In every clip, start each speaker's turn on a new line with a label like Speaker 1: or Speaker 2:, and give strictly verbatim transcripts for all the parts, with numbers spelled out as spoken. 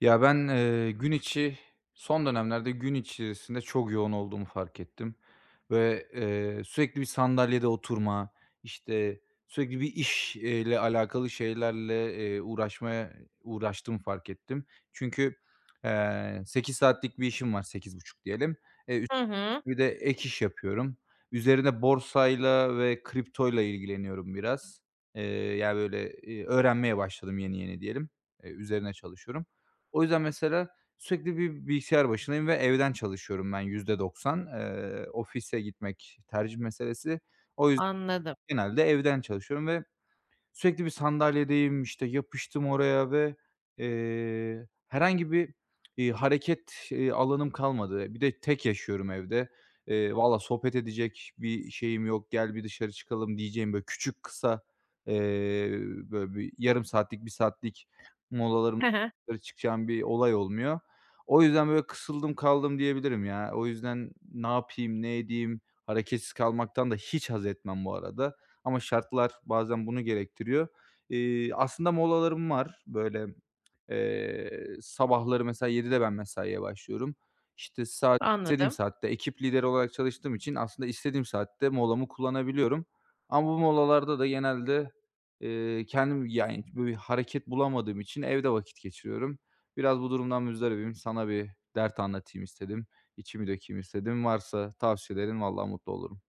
Speaker 1: Ya, ben, eee, gün içi son dönemlerde gün içerisinde çok yoğun olduğumu fark ettim ve, eee, sürekli bir sandalyede oturma, işte, sürekli bir iş eee, ile alakalı şeylerle, eee, uğraşmaya uğraştığımı fark ettim. Çünkü, eee, sekiz saatlik bir işim var, sekiz buçuk diyelim. Eee,
Speaker 2: Hı hı.
Speaker 1: Bir de ek iş yapıyorum. Üzerine borsayla ve kriptoyla ilgileniyorum biraz. Eee, Yani, böyle, iii, öğrenmeye başladım yeni yeni diyelim. Eee, üzerine çalışıyorum. O yüzden mesela sürekli bir bilgisayar başındayım ve evden çalışıyorum ben yüzde doksan. Eee, ofise gitmek tercih meselesi. O yüzden
Speaker 2: Anladım.
Speaker 1: genelde evden çalışıyorum ve sürekli bir sandalyedeyim, işte, yapıştım oraya ve, eee, herhangi bir, iii, hareket, eee, alanım kalmadı. Bir de tek yaşıyorum evde. Eee, valla sohbet edecek bir şeyim yok, "Gel bir dışarı çıkalım." diyeceğim, böyle, küçük, kısa, eee, böyle, bir yarım saatlik, bir saatlik molalarım
Speaker 2: He he.
Speaker 1: dışarı çıkacağım bir olay olmuyor. O yüzden, böyle, kısıldım kaldım diyebilirim ya. O yüzden ne yapayım, ne edeyim? Hareketsiz kalmaktan da hiç haz etmem bu arada. Ama şartlar bazen bunu gerektiriyor. Eee, aslında molalarım var. Böyle, eee, sabahları mesela yedide ben mesaiye başlıyorum. İşte, saat istediğim
Speaker 2: Anladım.
Speaker 1: saatte ekip lideri olarak çalıştığım için aslında istediğim saatte molamı kullanabiliyorum. Ama bu molalarda da genelde, eee, kendim, yani, böyle, bir hareket bulamadığım için evde vakit geçiriyorum. Biraz bu durumdan müzdaribim. Sana bir dert anlatayım istedim. İçimi dökeyim istedim. Varsa tavsiyelerin vallahi mutlu olurum.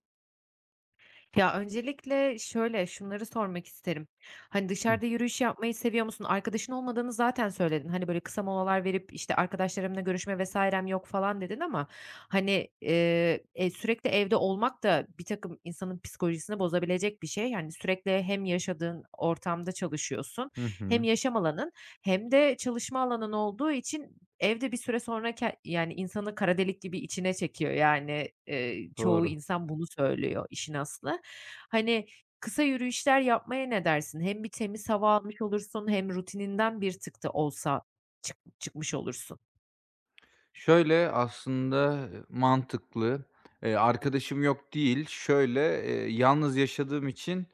Speaker 2: Ya, öncelikle şöyle, şunları sormak isterim. Hani,
Speaker 1: Hı,
Speaker 2: dışarıda yürüyüş yapmayı seviyor musun? Arkadaşın olmadığını zaten söyledin. Hani, böyle kısa molalar verip, işte, "Arkadaşlarımla görüşme vesairem yok." falan dedin ama, hani, eee, e, sürekli evde olmak da bir takım insanın psikolojisini bozabilecek bir şey. Yani, sürekli hem yaşadığın ortamda çalışıyorsun
Speaker 1: hı
Speaker 2: hem
Speaker 1: hı.
Speaker 2: yaşam alanın hem de çalışma alanın olduğu için evde bir süre sonra ke yani, insanı kara delik gibi içine çekiyor. Yani, eee, çoğu
Speaker 1: Doğru.
Speaker 2: insan bunu söylüyor işin aslı. Hani, kısa yürüyüşler yapmaya ne dersin? Hem bir temiz hava almış olursun hem rutininden bir tık da olsa çık çıkmış olursun.
Speaker 1: Şöyle, aslında mantıklı. Eee, arkadaşım yok değil. Şöyle, eee, yalnız yaşadığım için,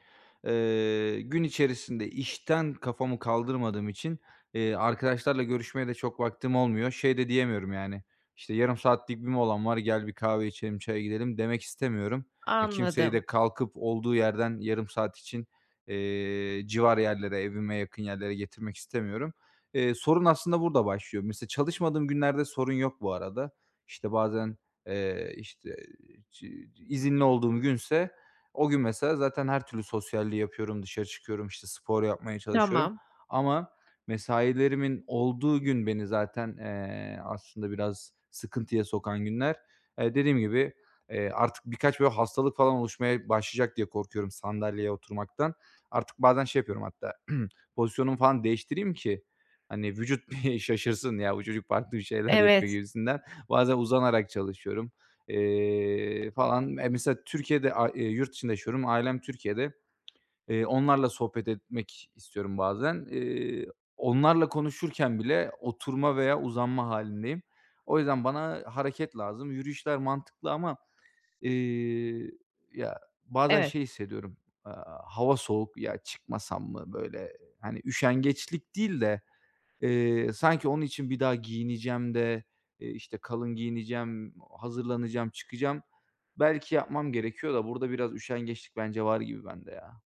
Speaker 1: eee, gün içerisinde işten kafamı kaldırmadığım için, eee, arkadaşlarla görüşmeye de çok vaktim olmuyor. Şey de diyemiyorum yani, İşte "Yarım saatlik bir molam var, gel bir kahve içelim, çaya gidelim." demek istemiyorum. E, kimseyi
Speaker 2: Anladım.
Speaker 1: de kalkıp olduğu yerden yarım saat için, eee, civar yerlere, evime yakın yerlere getirmek istemiyorum. Eee, sorun aslında burada başlıyor. Mesela çalışmadığım günlerde sorun yok bu arada. İşte bazen, eee, işte, çi izinli olduğum günse o gün mesela zaten her türlü sosyalliği yapıyorum, dışarı çıkıyorum, işte, spor yapmaya çalışıyorum
Speaker 2: Tamam.
Speaker 1: ama mesailerimin olduğu gün beni zaten, eee, aslında biraz sıkıntıya sokan günler. Eee, dediğim gibi, eee, artık birkaç böyle hastalık falan oluşmaya başlayacak diye korkuyorum sandalyeye oturmaktan. Artık bazen şey yapıyorum hatta, pozisyonumu falan değiştireyim ki hani vücut bir şaşırsın ya, bu çocuk farklı bir şeyler yapıyor
Speaker 2: Evet,
Speaker 1: gibisinden. Bazen uzanarak çalışıyorum, eee, falan. E, mesela Türkiye'de, a eee, yurt dışında yaşıyorum. Ailem Türkiye'de. Eee, onlarla sohbet etmek istiyorum bazen. Eee, onlarla konuşurken bile oturma veya uzanma hâlindeyim. O yüzden bana hareket lazım. Yürüyüşler mantıklı ama, eee, ya, bazen
Speaker 2: evet.
Speaker 1: şey hissediyorum, aaa, hava soğuk, ya çıkmasam mı böyle, hani, üşengeçlik değil de Eee, sanki onun için bir daha giyineceğim de, eee, işte, kalın giyineceğim, hazırlanacağım, çıkacağım. Belki yapmam gerekiyor da burada biraz üşengeçlik bence var gibi bende ya.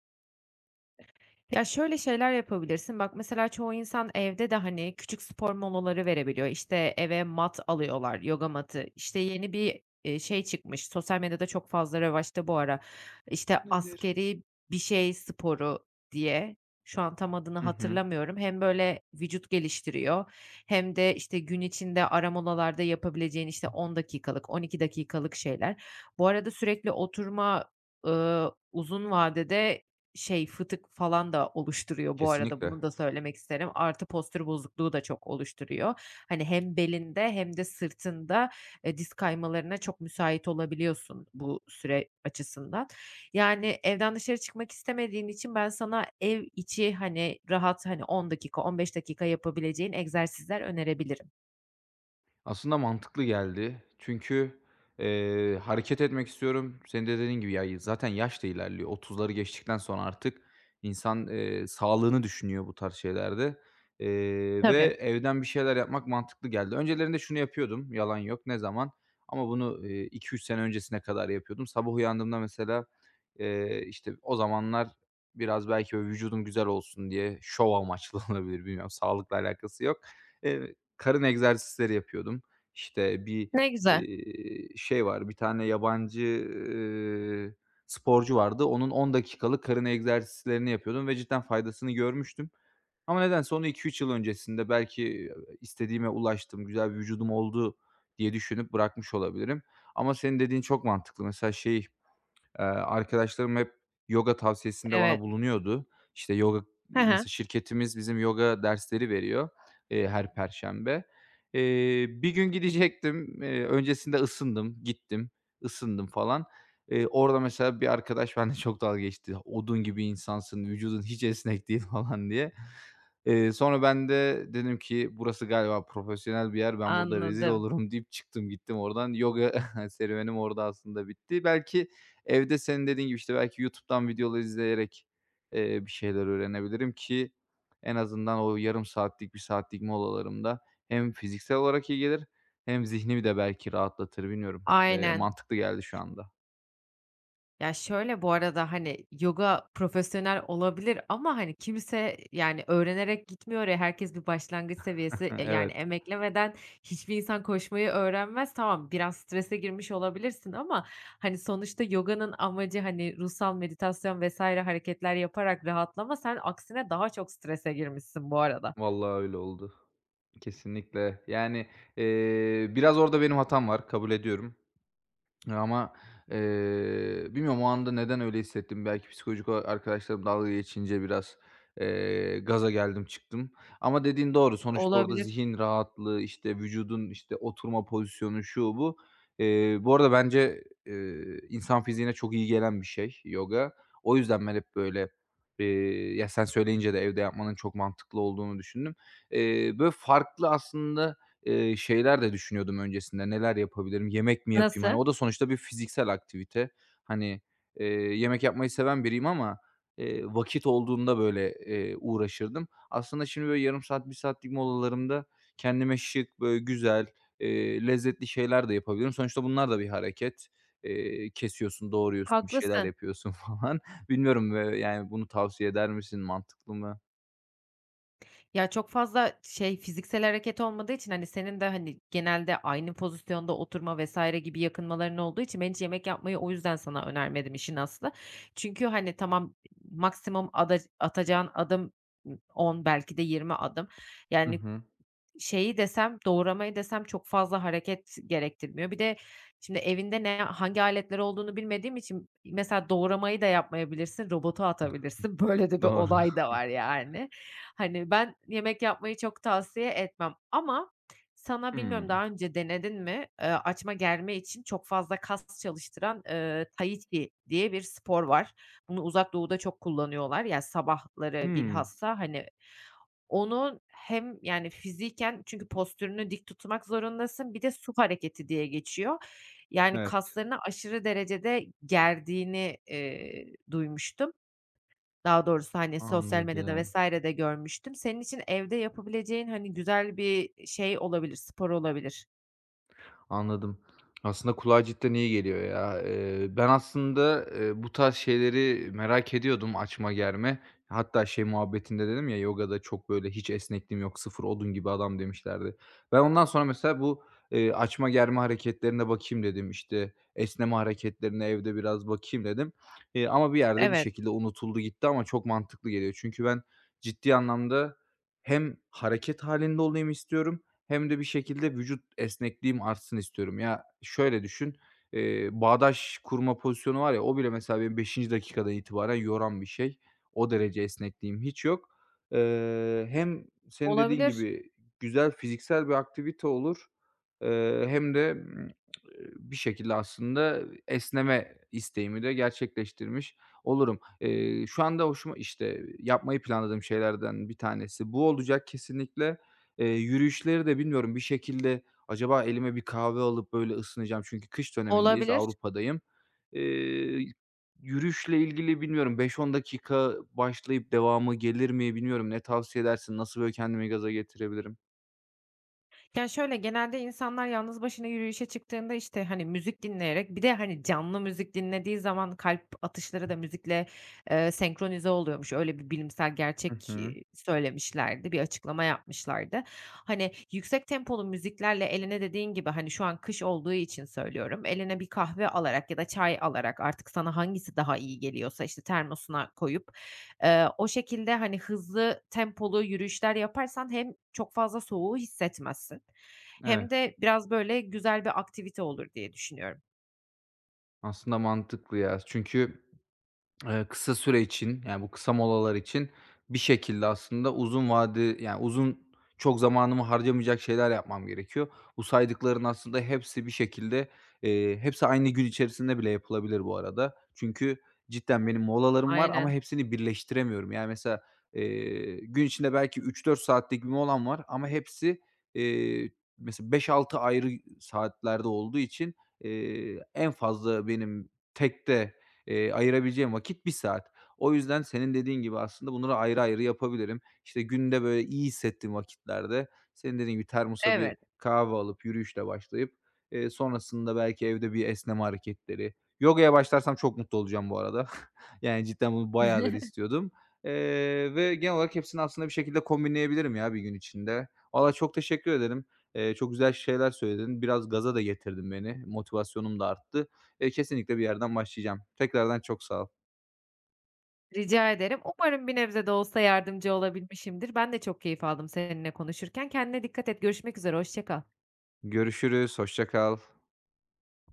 Speaker 2: Ya, şöyle şeyler yapabilirsin. Bak, mesela çoğu insan evde de, hani, küçük spor molaları verebiliyor. İşte, eve mat alıyorlar, yoga matı. İşte, yeni bir, eee, şey çıkmış, sosyal medyada çok fazla revaçta bu ara. İşte,
Speaker 1: Nedir?
Speaker 2: askeri bir şey sporu diye. Şu an tam adını
Speaker 1: Hı hı.
Speaker 2: hatırlamıyorum. Hem böyle vücut geliştiriyor hem de, işte, gün içinde ara molalarda yapabileceğin, işte, on dakikalık, on iki dakikalık şeyler. Bu arada sürekli oturma, ııı, uzun vadede şey, fıtık falan da oluşturuyor bu arada,
Speaker 1: Kesinlikle.
Speaker 2: bunu da söylemek isterim. Artı postür bozukluğu da çok oluşturuyor. Hani hem belinde hem de sırtında, eee, diz kaymalarına çok müsait olabiliyorsun bu süre açısından. Yani evden dışarı çıkmak istemediğin için ben sana ev içi, hani, rahat, hani, on dakika, on beş dakika yapabileceğin egzersizler önerebilirim.
Speaker 1: Aslında mantıklı geldi. Çünkü, eee, hareket etmek istiyorum. Senin de dediğin gibi ya zaten yaş da ilerliyor. Otuzları geçtikten sonra artık insan, eee, sağlığını düşünüyor bu tarz şeylerde, eee, ve
Speaker 2: Tabii.
Speaker 1: evden bir şeyler yapmak mantıklı geldi. Öncelerinde şunu yapıyordum, yalan yok. Ne zaman? Ama bunu, iki üç sene öncesine kadar yapıyordum. Sabah uyandığımda mesela, eee, işte, o zamanlar biraz belki böyle vücudum güzel olsun diye şov amaçlı olabilir, bilmiyorum, sağlıkla alakası yok. Eee, Karın egzersizleri yapıyordum. İşte bir,
Speaker 2: Ne güzel.
Speaker 1: eee, şey var, bir tane yabancı, eee, sporcu vardı. Onun on dakikalık karın egzersizlerini yapıyordum ve cidden faydasını görmüştüm. Ama nedense onu iki üç yıl öncesinde belki istediğime ulaştım, güzel bir vücudum oldu diye düşünüp bırakmış olabilirim. Ama senin dediğin çok mantıklı. Mesela şey, Eee, arkadaşlarım hep yoga tavsiyesinde bana
Speaker 2: Evet.
Speaker 1: bulunuyordu. İşte, yoga
Speaker 2: He he.
Speaker 1: mesela şirketimiz bizim yoga dersleri veriyor, eee, her perşembe. Eee, bir gün gidecektim. Eee, öncesinde ısındım, gittim, ısındım falan. Eee, orada mesela bir arkadaş benimle çok dalga geçti. "Odun gibi insansın, vücudun hiç esnek değil." falan diye. Eee, sonra ben de dedim ki, "Burası galiba profesyonel bir yer, ben burada rezil
Speaker 2: Anladım.
Speaker 1: olurum." deyip çıktım gittim oradan. Yoga serüvenim orada aslında bitti. Belki, evde senin dediğin gibi, işte, belki YouTube'dan videolar izleyerek, eee, bir şeyler öğrenebilirim ki en azından o yarım saatlik, bir saatlik molalarımda hem fiziksel olarak iyi gelir hem zihnimi de belki rahatlatır. Bilmiyorum. Eee,
Speaker 2: Aynen.
Speaker 1: mantıklı geldi şu anda.
Speaker 2: Ya, şöyle bu arada, hani, yoga profesyonel olabilir ama, hani, kimse, yani, öğrenerek gitmiyor ya, herkes bir başlangıç seviyesi, e, yani,
Speaker 1: Evet,
Speaker 2: emeklemeden hiçbir insan koşmayı öğrenmez. Tamam, biraz strese girmiş olabilirsin ama, hani, sonuçta yoganın amacı, hani, ruhsal meditasyon vesaire hareketler yaparak rahatlama. Sen aksine daha çok strese girmişsin bu arada.
Speaker 1: vallahi öyle oldu. Kesinlikle. Yani, eee, biraz orada benim hatam var, kabul ediyorum. ama, eee, bilmiyorum o anda neden öyle hissettim. Belki psikolojik olarak arkadaşlarım dalga geçince biraz, eee, gaza geldim, çıktım. Ama dediğin doğru. Sonuçta orada
Speaker 2: Olabilir.
Speaker 1: zihin rahatlığı, işte, vücudun, işte, oturma pozisyonu, şu, bu. Eee, bu arada bence, eee, insan fiziğine çok iyi gelen bir şey yoga. O yüzden ben hep böyle, eee, ya sen söyleyince de evde yapmanın çok mantıklı olduğunu düşündüm. Eee, böyle farklı aslında Eee, şeyler de düşünüyordum öncesinde, neler yapabilirim, yemek mi yapayım? Hani,
Speaker 2: Nasıl?
Speaker 1: o da sonuçta bir fiziksel aktivite. Hani, eee, yemek yapmayı seven biriyim ama, eee, vakit olduğunda, böyle, eee, uğraşırdım. Aslında şimdi, böyle, yarım saat, bir saatlik molalarımda kendime şık, böyle, güzel, eee, lezzetli şeyler de yapabilirim. Sonuçta bunlar da bir hareket. Eee, kesiyorsun, doğruyorsun, bir şeyler
Speaker 2: Haklısın.
Speaker 1: yapıyorsun falan. Bilmiyorum, eee, yani, bunu tavsiye eder misin? Mantıklı mı?
Speaker 2: Ya, çok fazla şey, fiziksel hareket olmadığı için, hani, senin de, hani, genelde aynı pozisyonda oturma vesaire gibi yakınmaların olduğu için ben hiç yemek yapmayı o yüzden sana önermedim işin aslı. Çünkü, hani, tamam, maksimum ada atacağın adım, ımm, on belki de yirmi adım.
Speaker 1: Hı
Speaker 2: Yani,
Speaker 1: hı.
Speaker 2: şeyi desem, doğramayı desem çok fazla hareket gerektirmiyor. Bir de şimdi evinde ne hangi aletler olduğunu bilmediğim için mesela doğramayı da yapmayabilirsin, robota atabilirsin. Böyle de bir
Speaker 1: Doğru.
Speaker 2: olay da var yani. Hani ben yemek yapmayı çok tavsiye etmem ama sana bilmiyorum
Speaker 1: Hımm.
Speaker 2: daha önce denedin mi, eee, açma germe için çok fazla kas çalıştıran, eee, Tai Chi diye bir spor var. Bunu Uzak Doğu'da çok kullanıyorlar. Yani sabahları
Speaker 1: Hımm.
Speaker 2: bilhassa hani onun hem, yani, fiziken çünkü postürünü dik tutmak zorundasın, bir de su hareketi diye geçiyor. Yani,
Speaker 1: Evet.
Speaker 2: kaslarını aşırı derecede gerdiğini, eee, duymuştum. Daha doğrusu, hani, sosyal medyada
Speaker 1: Anladım.
Speaker 2: vesaire de görmüştüm. Senin için evde yapabileceğin, hani, güzel bir şey olabilir, spor olabilir.
Speaker 1: Anladım. Aslında kulağa cidden iyi geliyor ya. Eee, ben aslında, eee, bu tarz şeyleri merak ediyordum, açma germe. Hatta şey muhabbetinde dedim ya, yogada çok böyle hiç esnekliğim yok, sıfır odun gibi adam demişlerdi. Ben ondan sonra mesela bu, eee, açma germe hareketlerine bakayım dedim. İşte, esneme hareketlerine evde biraz bakayım dedim. Eee, ama bir yerde bir
Speaker 2: Evet,
Speaker 1: şekilde unutuldu gitti ama çok mantıklı geliyor. Çünkü ben ciddi anlamda hem hareket halinde olayım istiyorum hem de bir şekilde vücut esnekliğim artsın istiyorum. Ya, şöyle düşün, eee, bağdaş kurma pozisyonu var ya, o bile mesela beni beşinci dakikadan itibaren yoran bir şey. O derece esnekliğim hiç yok. Eee, hem senin dediğin
Speaker 2: olabilir,
Speaker 1: gibi güzel fiziksel bir aktivite olur Eee, hem de, ımm, bir şekilde aslında esneme isteğimi de gerçekleştirmiş olurum. Eee, şu anda hoşuma işte, yapmayı planladığım şeylerden bir tanesi bu olacak kesinlikle. Eee, yürüyüşleri de bilmiyorum bir şekilde acaba elime bir kahve alıp böyle ısınacağım çünkü kış dönemindeyiz,
Speaker 2: olabilir.
Speaker 1: Avrupa'dayım. Eee, Yürüyüşle ilgili bilmiyorum beş on dakika başlayıp devamı gelir mi bilmiyorum. Ne tavsiye edersin? Nasıl böyle kendimi gaza getirebilirim?
Speaker 2: Ya, şöyle, genelde insanlar yalnız başına yürüyüşe çıktığında, işte, hani, müzik dinleyerek bir de, hani, canlı müzik dinlediği zaman kalp atışları da müzikle, eee, senkronize oluyormuş. Öyle bir bilimsel
Speaker 1: Hı
Speaker 2: gerçek,
Speaker 1: hı.
Speaker 2: iii, söylemişlerdi, bir açıklama yapmışlardı. Hani, yüksek tempolu müziklerle eline dediğin gibi, hani, şu an kış olduğu için söylüyorum, eline bir kahve alarak ya da çay alarak artık sana hangisi daha iyi geliyorsa, işte, termosuna koyup Eee, o şekilde, hani, hızlı tempolu yürüyüşler yaparsan hem çok fazla soğuğu hissetmezsin hem
Speaker 1: Evet.
Speaker 2: de biraz, böyle, güzel bir aktivite olur diye düşünüyorum.
Speaker 1: Aslında mantıklı ya. Çünkü Eee, kısa süre için, yani, bu kısa molalar için bir şekilde aslında uzun vade yani, uzun çok zamanımı harcamayacak şeyler yapmam gerekiyor. Bu saydıkların aslında hepsi bir şekilde, eee, hepsi aynı gün içerisinde bile yapılabilir bu arada. Çünkü cidden benim molalarım var ama
Speaker 2: Aynen.
Speaker 1: hepsini birleştiremiyorum. Yani, mesela, eee, gün içinde belki üç dört saatlik bir molam var ama hepsi, eee, mesela beş altı ayrı saatlerde olduğu için, eee, en fazla benim tekte eee, ayırabileceğim vakit bir saat. O yüzden senin dediğin gibi aslında bunları ayrı ayrı yapabilirim. İşte, günde, böyle, iyi hissettiğim vakitlerde senin dediğin gibi termosa bir
Speaker 2: Evet,
Speaker 1: kahve alıp yürüyüşle başlayıp, eee, sonrasında belki evde bir esneme hareketleri. Yogaya başlarsam çok mutlu olacağım bu arada. Yani, cidden bunu bayağıdır istiyordum, eee, ve genel olarak hepsini aslında bir şekilde kombinleyebilirim ya bir gün içinde. Valla çok teşekkür ederim. Eee, çok güzel şeyler söyledin. Biraz gaza da getirdin beni. Motivasyonum da arttı. Eee, kesinlikle bir yerden başlayacağım. Tekrardan çok sağ ol.
Speaker 2: rica ederim. Umarım bir nebze de olsa yardımcı olabilmişimdir. Ben de çok keyif aldım seninle konuşurken. Kendine dikkat et. Görüşmek üzere, hoşça kal.
Speaker 1: Görüşürüz, hoşça kal.